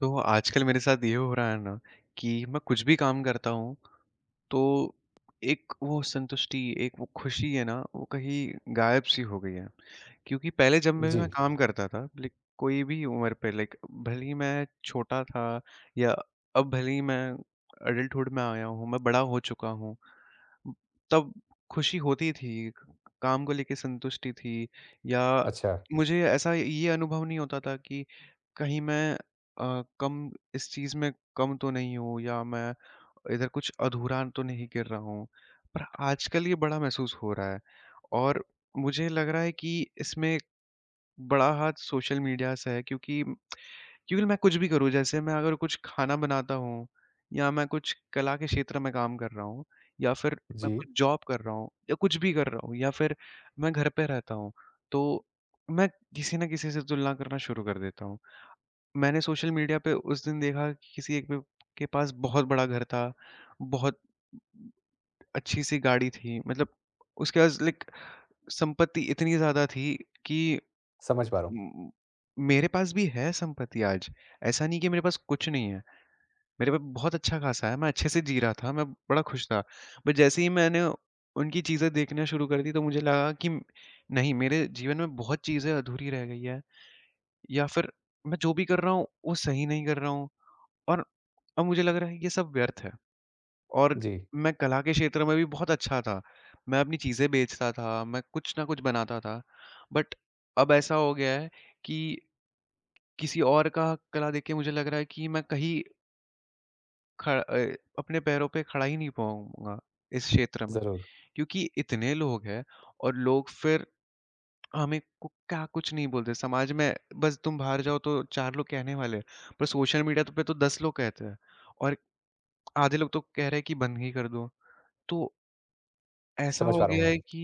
तो आजकल मेरे साथ ये हो रहा है ना कि मैं कुछ भी काम करता हूँ, तो एक वो संतुष्टि, एक वो खुशी है ना, वो कहीं गायब सी हो गई है। क्योंकि पहले जब मैं जी, काम करता था, लाइक कोई भी उम्र पे, लाइक भले ही मैं छोटा था या अब भले ही मैं अडल्टहुड में आया हूँ, मैं बड़ा हो चुका हूँ, तब खुशी होती थी, काम को लेके संतुष्टि थी। या अच्छा। मुझे ऐसा ये अनुभव नहीं होता था कि कहीं मैं कम, इस चीज़ में कम तो नहीं हूँ, या मैं इधर कुछ अधूरा तो नहीं कर रहा हूँ। पर आजकल ये बड़ा महसूस हो रहा है, और मुझे लग रहा है कि इसमें बड़ा हाथ सोशल मीडिया से है। क्योंकि क्योंकि मैं कुछ भी करूँ, जैसे मैं अगर कुछ खाना बनाता हूँ या मैं कुछ कला के क्षेत्र में काम कर रहा हूँ या फिर मैं कुछ जी, जॉब कर रहा हूँ या कुछ भी कर रहा हूँ या फिर मैं घर पे रहता हूँ, तो मैं किसी न किसी से तुलना करना शुरू कर देता हूँ। मैंने सोशल मीडिया पे उस दिन देखा कि किसी एक पे के पास बहुत बड़ा घर था, बहुत अच्छी-सी गाड़ी थी, मतलब उसके पास, लाइक, संपत्ति इतनी ज़्यादा थी कि समझ पा रहा हूँ। उम, मेरे पास भी है संपत्ति आज। ऐसा नहीं कि मेरे पास कुछ नहीं है। मेरे पे बहुत अच्छा खासा है, मैं अच्छे से जी रहा था, मैं बड़ा खुश था। बट जैसे ही मैंने उनकी चीज़ें देखना शुरू कर दी, तो मुझे लगा कि नहीं, मेरे जीवन में बहुत चीज़ें अधूरी रह गई हैं, या फिर मैं जो भी कर रहा हूँ, वो सही नहीं कर रहा हूँ। और अब मुझे लग रहा है कि ये सब व्यर्थ है। और जी, मैं कला के क्षेत्र में भी बहुत अच्छा था, मैं अपनी चीज़ें बेचता था, मैं कुछ ना कुछ बनाता था। बट अब ऐसा हो गया है कि किसी और का कला देख के मुझे लग रहा है कि मैं कहीं अपने पैरों पे खड़ा ही नहीं पाऊँगा इस क्षेत्र में, ज़रूर, क्योंकि इतने लोग हैं और लोग फिर हमें को क्या कुछ नहीं बोलते। समाज में बस तुम बाहर जाओ तो 4 लोग कहने वाले हैं, पर सोशल मीडिया पे तो 10 लोग कहते हैं, और आधे लोग तो कह रहे हैं कि बंद ही कर दो। तो ऐसा समझ हो पा रहा हूँ गया मैं। है कि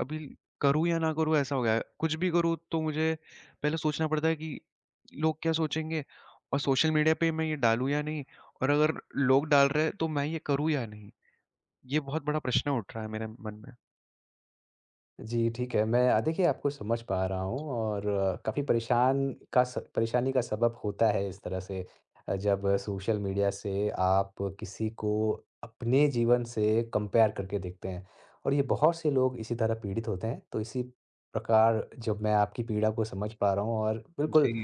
अभी करूँ या ना करूँ, ऐसा हो गया है। कुछ भी करूँ तो मुझे पहले सोचना पड़ता है कि लोग क्या सोचेंगे, और सोशल मीडिया पे मैं ये डालूँ या नहीं, और अगर लोग डाल रहे हैं तो मैं ये करूँ या नहीं? ये बहुत बड़ा प्रश्न उठ रहा है मेरे मन में। जी, ठीक है, मैं देखिए आपको समझ पा रहा हूँ और काफ़ी परेशानी का सबब होता है इस तरह से जब सोशल मीडिया से आप किसी को अपने जीवन से कंपेयर करके देखते हैं और ये बहुत से लोग इसी तरह पीड़ित होते हैं। तो इसी प्रकार जब मैं आपकी पीड़ा को समझ पा रहा हूँ और जी। बिल्कुल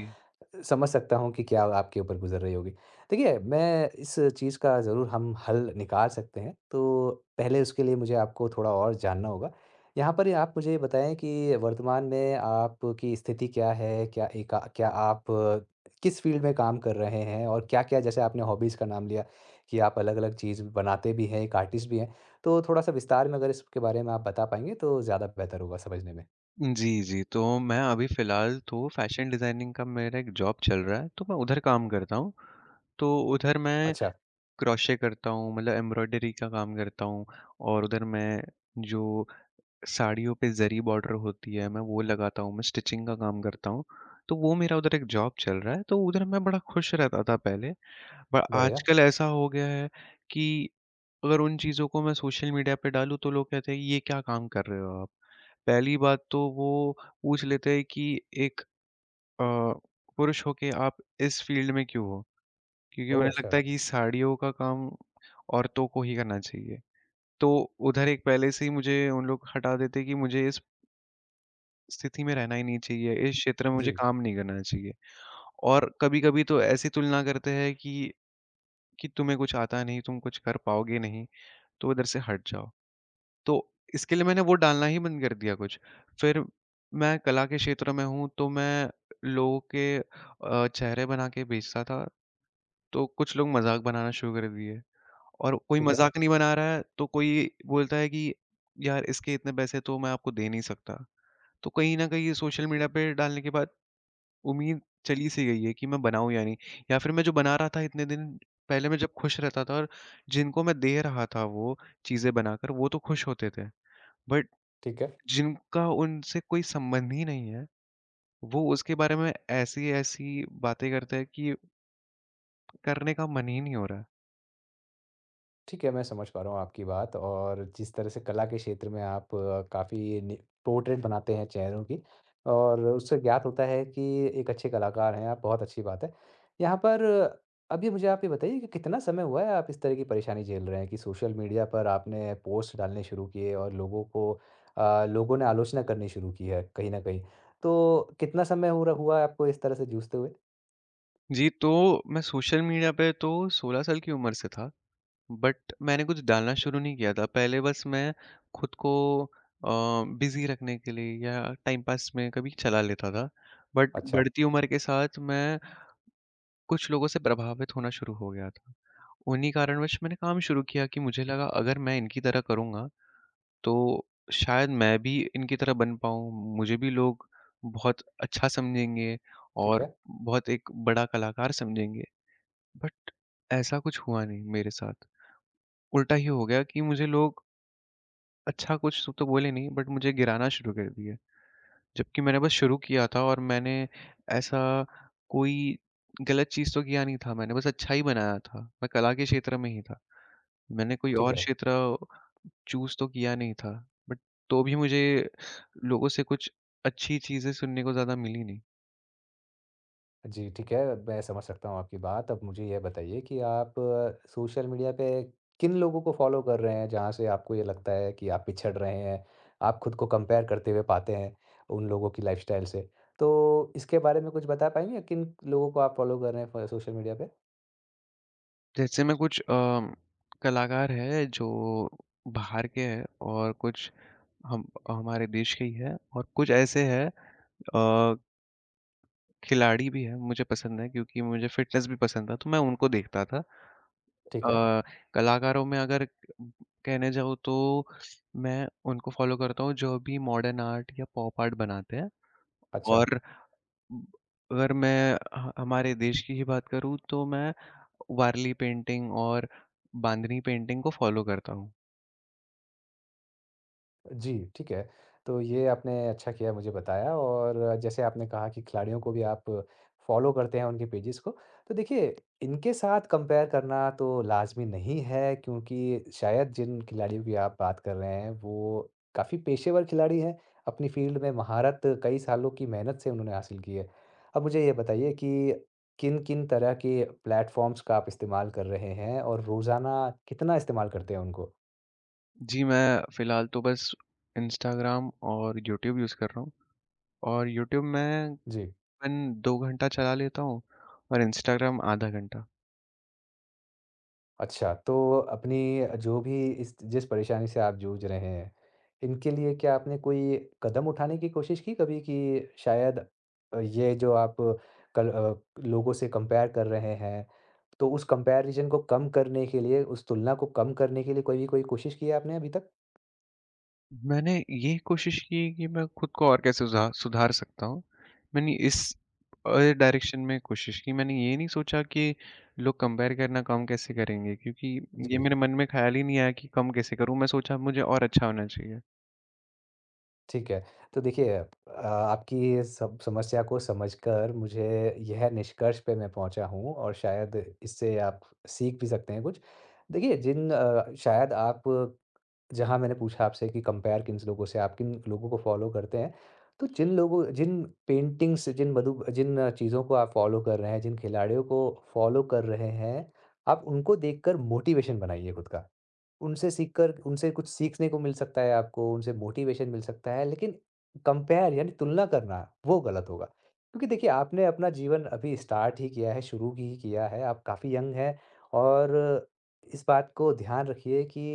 समझ सकता हूँ कि क्या आपके ऊपर गुज़र रही होगी। देखिए, मैं इस चीज़ का ज़रूर हम हल निकाल सकते हैं, तो पहले उसके लिए मुझे आपको थोड़ा और जानना होगा। यहाँ पर आप मुझे ये बताएँ कि वर्तमान में आपकी स्थिति क्या है? क्या आप किस फ़ील्ड में काम कर रहे हैं? और क्या-क्या जैसे आपने हॉबीज़ का नाम लिया कि आप अलग-अलग चीज़ बनाते भी हैं, एक आर्टिस्ट भी हैं। तो थोड़ा-सा विस्तार में अगर इसके बारे में आप बता पाएँगे तो ज़्यादा बेहतर होगा समझने में। जी, जी। तो मैं अभी फ़िलहाल तो फ़ैशन डिज़ाइनिंग का मेरा एक जॉब चल रहा है, तो मैं उधर काम करता हूँ। तो उधर मैं अच्छा, क्रोशे करता हूँ, मतलब एम्ब्रॉयडरी का काम करता हूँ, और उधर मैं, जो साड़ियों पे ज़री बॉर्डर होती है, मैं वो लगाता हूँ, मैं स्टिचिंग का काम करता हूँ। तो वो मेरा उधर एक जॉब चल रहा है, तो उधर मैं बड़ा खुश रहता था पहले। पर बढ़िया। आजकल ऐसा हो गया है कि अगर उन चीज़ों को मैं सोशल मीडिया पे डालूँ, तो लोग कहते हैं, ये क्या काम कर रहे हो आप? पहली बात तो वो पूछ लेते हैं कि एक अ, पुरुष होके आप इस फ़ील्ड में क्यों हो? क्योंकि ओह! उन्हें अच्छा। लगता है कि साड़ियों का काम औरतों को ही करना चाहिए। तो उधर एक पहले से ही मुझे उन लोग हटा देते हैं कि मुझे इस स्थिति में रहना ही नहीं चाहिए, इस क्षेत्र में मुझे जी, काम नहीं करना चाहिए। और कभी-कभी तो ऐसी तुलना करते हैं कि तुम्हें कुछ आता नहीं, तुम कुछ कर पाओगे नहीं, तो इधर से हट जाओ। तो इसके लिए मैंने वो डालना ही बंद कर दिया कुछ। फिर मैं कला के क्षेत्र में हूँ, तो मैं लोगों के चेहरे बना के बेचता था, तो कुछ लोग मज़ाक बनाना शुरू कर दिए, और कोई ठीक है, मज़ाक नहीं बना रहा है तो कोई बोलता है कि यार, इसके इतने पैसे तो मैं आपको दे नहीं सकता। तो कहीं न कहीं सोशल मीडिया पे डालने के बाद उम्मीद चली सी गई है कि मैं बनाऊँ या नहीं, या फिर मैं जो बना रहा था इतने दिन, पहले मैं जब खुश रहता था, और जिनको मैं दे रहा था वो चीज़ें बनाकर, वो तो खुश होते थे। बट ठीक है। जिनका उनसे कोई संबंध ही नहीं है, वो उसके बारे में ऐसी-ऐसी बातें करते हैं कि करने का मन ही नहीं हो रहा है। ठीक है, मैं समझ पा रहा हूँ आपकी बात और जिस तरह से कला के क्षेत्र में आप काफ़ी नि पोर्ट्रेट बनाते हैं चेहरों की और उससे ज्ञात होता है कि एक अच्छे कलाकार हैं आप, बहुत अच्छी बात है। यहाँ पर अभी मुझे आप ये बताइए कि कितना समय हुआ है आप इस तरह की परेशानी झेल रहे हैं कि सोशल मीडिया पर आपने पोस्ट डालने शुरू किए और लोगों ने आलोचना करनी शुरू की है कहीं न कहीं। तो कितना समय हो र हुआ है आपको इस तरह से जूझते हुए? जी, तो मैं सोशल मीडिया पे तो 16 साल की उम्र से था, बट मैंने कुछ डालना शुरू नहीं किया था। पहले बस मैं खुद को अ, बिज़ी रखने के लिए या टाइम पास में कभी चला लेता था। बट अच्छा, बढ़ती उम्र के साथ मैं कुछ लोगों से प्रभावित होना शुरू हो गया था। उन्हीं कारणवश मैंने काम शुरू किया, कि मुझे लगा अगर मैं इनकी तरह करूँगा तो शायद मैं भी इनकी तरह बन पाऊँ, मुझे भी लोग बहुत अच्छा समझेंगे ठीक और है, बहुत एक बड़ा कलाकार समझेंगे। बट ऐसा कुछ हुआ नहीं मेरे साथ। उल्टा ही हो गया कि मुझे लोग अच्छा कुछ तो बोले नहीं, बट मुझे गिराना शुरू कर दिए। जबकि मैंने बस शुरू किया था, और मैंने ऐसा कोई गलत चीज़ तो किया नहीं था, मैंने बस अच्छा ही बनाया था। मैं कला के क्षेत्र में ही था। मैंने कोई ठीक और है। क्षेत्र चूज़ तो किया नहीं था, बट तो भी मुझे लोगों से कुछ अच्छी चीज़ें सुनने को ज़्यादा मिली नहीं। जी, ठीक है, मैं समझ सकता हूँ आपकी बात। अब मुझे ये बताइए कि आप सोशल मीडिया पे किन लोगों को फ़ॉलो कर रहे हैं, जहाँ से आपको ये लगता है कि आप पिछड़ रहे हैं, आप खुद को कंपेयर करते हुए पाते हैं उन लोगों की लाइफ़स्टाइल से? तो इसके बारे में कुछ बता पाएँगे, किन लोगों को आप फ़ॉलो कर रहे हैं फ सोशल मीडिया पे? जैसे मैं कुछ, कलाकार हैं जो बाहर के हैं, और कुछ हम हमारे देश के ही हैं, और कुछ ऐसे हैं, अ, खिलाड़ी भी है, मुझे पसंद है, क्योंकि मुझे फ़िटनेस भी पसंद था, तो मैं उनको देखता था। ठीक है, अ, कलाकारों में अगर कहने जाऊँ, तो मैं उनको फ़ॉलो करता हूँ जो भी मॉडर्न आर्ट या पॉप आर्ट बनाते हैं। अच्छा। और अगर मैं ह हमारे देश की ही बात करूँ, तो मैं वारली पेंटिंग और बांधनी पेंटिंग को फ़ॉलो करता हूँ। जी, ठीक है। तो ये आपने अच्छा किया मुझे बताया और जैसे आपने कहा कि खिलाड़ियों को भी आप फ़ॉलो करते हैं उनके पेजेज़ को। तो देखिए, इनके साथ कंपेयर करना तो लाज़मी नहीं है क्योंकि शायद जिन खिलाड़ियों की आप बात कर रहे हैं, वो काफ़ी पेशेवर खिलाड़ी हैं। अपनी फ़ील्ड में महारत कई सालों की मेहनत से उन्होंने हासिल की है। अब मुझे ये बताइए कि किन-किन तरह के प्लेटफ़ॉर्म्स का आप इस्तेमाल कर रहे हैं और रोज़ाना कितना इस्तेमाल करते हैं उनको? जी, मैं फ़िलहाल तो बस इंस्टाग्राम और यूट्यूब यूज़ कर रहा हूँ। और यूट्यूब में जी। करीबन 2 घंटा चला लेता हूँ, और इंस्टाग्राम आधा घंटा। अच्छा, तो अपनी जो भी इस जिस परेशानी से आप जूझ रहे हैं, इनके लिए क्या आपने कोई कदम उठाने की कोशिश की कभी कि शायद ये जो आप कल अ, लोगों से कंपेयर कर रहे हैं, तो उस कंपैरिज़न को कम करने के लिए, उस तुलना को कम करने के लिए कोई कोशिश की है आपने अभी तक? मैंने ये कोशिश की है कि मैं खुद को और कैसे सुधार सकता हूँ। मैंने इस डायरेक्शन में कोशिश की। मैंने ये नहीं सोचा कि लोग कंपेयर करना कम कैसे करेंगे, क्योंकि ये जी। मेरे मन में ख़्याल ही नहीं आया कि कम कैसे करूँ? मैं सोचा मुझे और अच्छा होना चाहिए। ठीक है। तो देखिए आपकी सब समस्या को समझकर मुझे यह निष्कर्ष पे मैं पहुँचा हूँ और शायद इससे आप सीख भी सकते हैं कुछ। देखिए शायद आप जहाँ मैंने पूछा आपसे कि कंपेयर किन लोगों को फ़ॉलो करते हैं। तो जिन लोगों जिन पेंटिंग्स जिन मधु जिन चीज़ों को आप फ़ॉलो कर रहे हैं, जिन खिलाड़ियों को फ़ॉलो कर रहे हैं, आप उनको देखकर मोटिवेशन बनाइए खुद का। उनसे सीखकर उनसे कुछ सीखने को मिल सकता है आपको, उनसे मोटिवेशन मिल सकता है, लेकिन कंपेयर यानी तुलना करना, वो गलत होगा। क्योंकि देखिए, आपने अपना जीवन अभी स्टार्ट ही किया है, शुरू ही किया है, आप काफ़ी यंग हैं और इस बात को ध्यान रखिए कि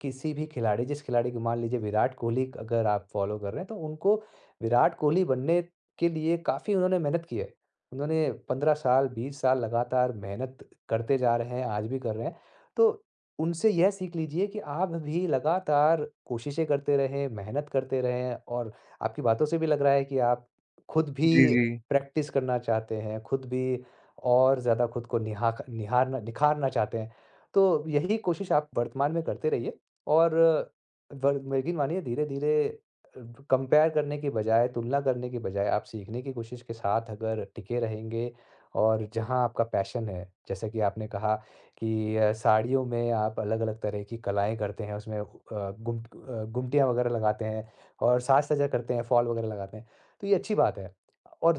किसी भी खिलाड़ी जिस खिलाड़ी को मान लीजिए विराट कोहली अगर आप फ़ॉलो कर रहे हैं, तो उनको विराट कोहली बनने के लिए काफ़ी उन्होंने मेहनत की है। उन्होंने 15 साल, 20 साल लगातार मेहनत करते जा रहे हैं, आज भी कर रहे हैं। तो उनसे यह सीख लीजिए कि आप भी लगातार कोशिशें करते रहें, मेहनत करते रहें और आपकी बातों से भी लग रहा है कि आप खुद भी जी, जी। प्रैक्टिस करना चाहते हैं, खुद भी और ज़्यादा खुद को निहाक निहारना निखारना चाहते हैं। तो यही कोशिश आप वर्तमान में करते रहिए और वर यकीन मानिए धीरे-धीरे अ, कंपेयर करने के बजाय, तुलना करने के बजाय आप सीखने की कोशिश के साथ अगर टिके रहेंगे और जहाँ आपका पैशन है, जैसा कि आपने कहा कि साड़ियों में आप अलग-अलग तरह की कलाएँ करते हैं, उसमें गुमटियाँ वगैरह लगाते हैं और साज-सज्जा करते हैं, फॉल वगैरह लगाते हैं। तो ये अच्छी बात है और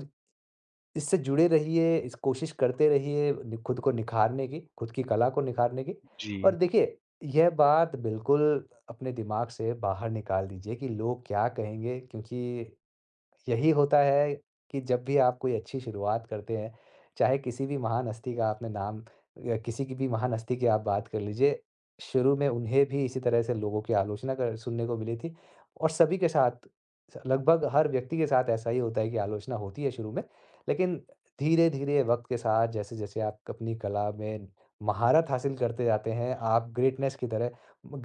इससे जुड़े रहिए, इस कोशिश करते रहिए नि खुद को निखारने की, खुद की कला को निखारने की जी। और देखिए, यह बात बिल्कुल अपने दिमाग से बाहर निकाल दीजिए कि लोग क्या कहेंगे क्योंकि यही होता है कि जब भी आप कोई अच्छी शुरुआत करते हैं, चाहे किसी भी महान हस्ती का आपने नाम या किसी की भी महान हस्ती की आप बात कर लीजिए, शुरू में उन्हें भी इसी तरह से लोगों की आलोचना कर सुनने को मिली थी और सभी के साथ स लगभग हर व्यक्ति के साथ ऐसा ही होता है कि आलोचना होती है शुरू में। लेकिन धीरे-धीरे वक़्त के साथ जैसे-जैसे आप अपनी कला में महारत हासिल करते जाते हैं, आप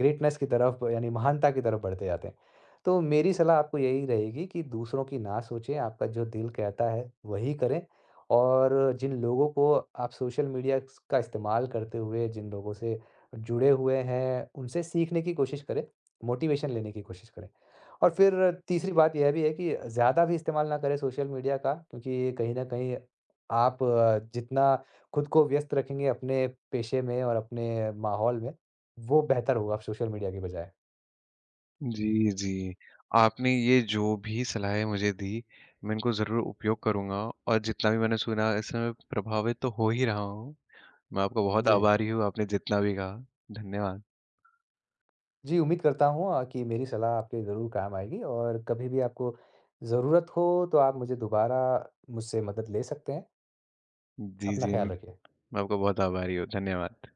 ग्रेटनेस की तरफ यानी महानता की तरफ बढ़ते जाते हैं। तो मेरी सलाह आपको यही रहेगी कि दूसरों की ना सोचें, आपका जो दिल कहता है, वही करें और जिन लोगों को आप सोशल मीडिया स का इस्तेमाल करते हुए, जिन लोगों से जुड़े हुए हैं, उनसे सीखने की कोशिश करें, मोटिवेशन लेने की कोशिश करें। और फिर तीसरी बात यह भी है कि ज़्यादा भी इस्तेमाल ना करें सोशल मीडिया का क्योंकि कहीं न कहीं आप जितना खुद को व्यस्त रखेंगे अपने पेशे में और अपने माहौल में, वो बेहतर होगा सोशल मीडिया के बजाय। जी, जी। आपने ये जो भी सलाहें मुझे दी, मैं इनको ज़रूर उपयोग करूँगा, और जितना भी मैंने सुना, इससे मैं प्रभावित तो हो ही रहा हूँ। मैं आपका बहुत जी। आभारी हूँ, आपने जितना भी कहा। धन्यवाद। जी, उम्मीद करता हूँ कि मेरी सलाह आपके ज़रूर काम आएगी और कभी भी आपको ज़रूरत हो तो आप मुझे दोबारा मुझसे मदद ले सकते हैं। जी, अपना जी। ख़्याल मैं रखिए। आपका बहुत आभारी हूँ। धन्यवाद।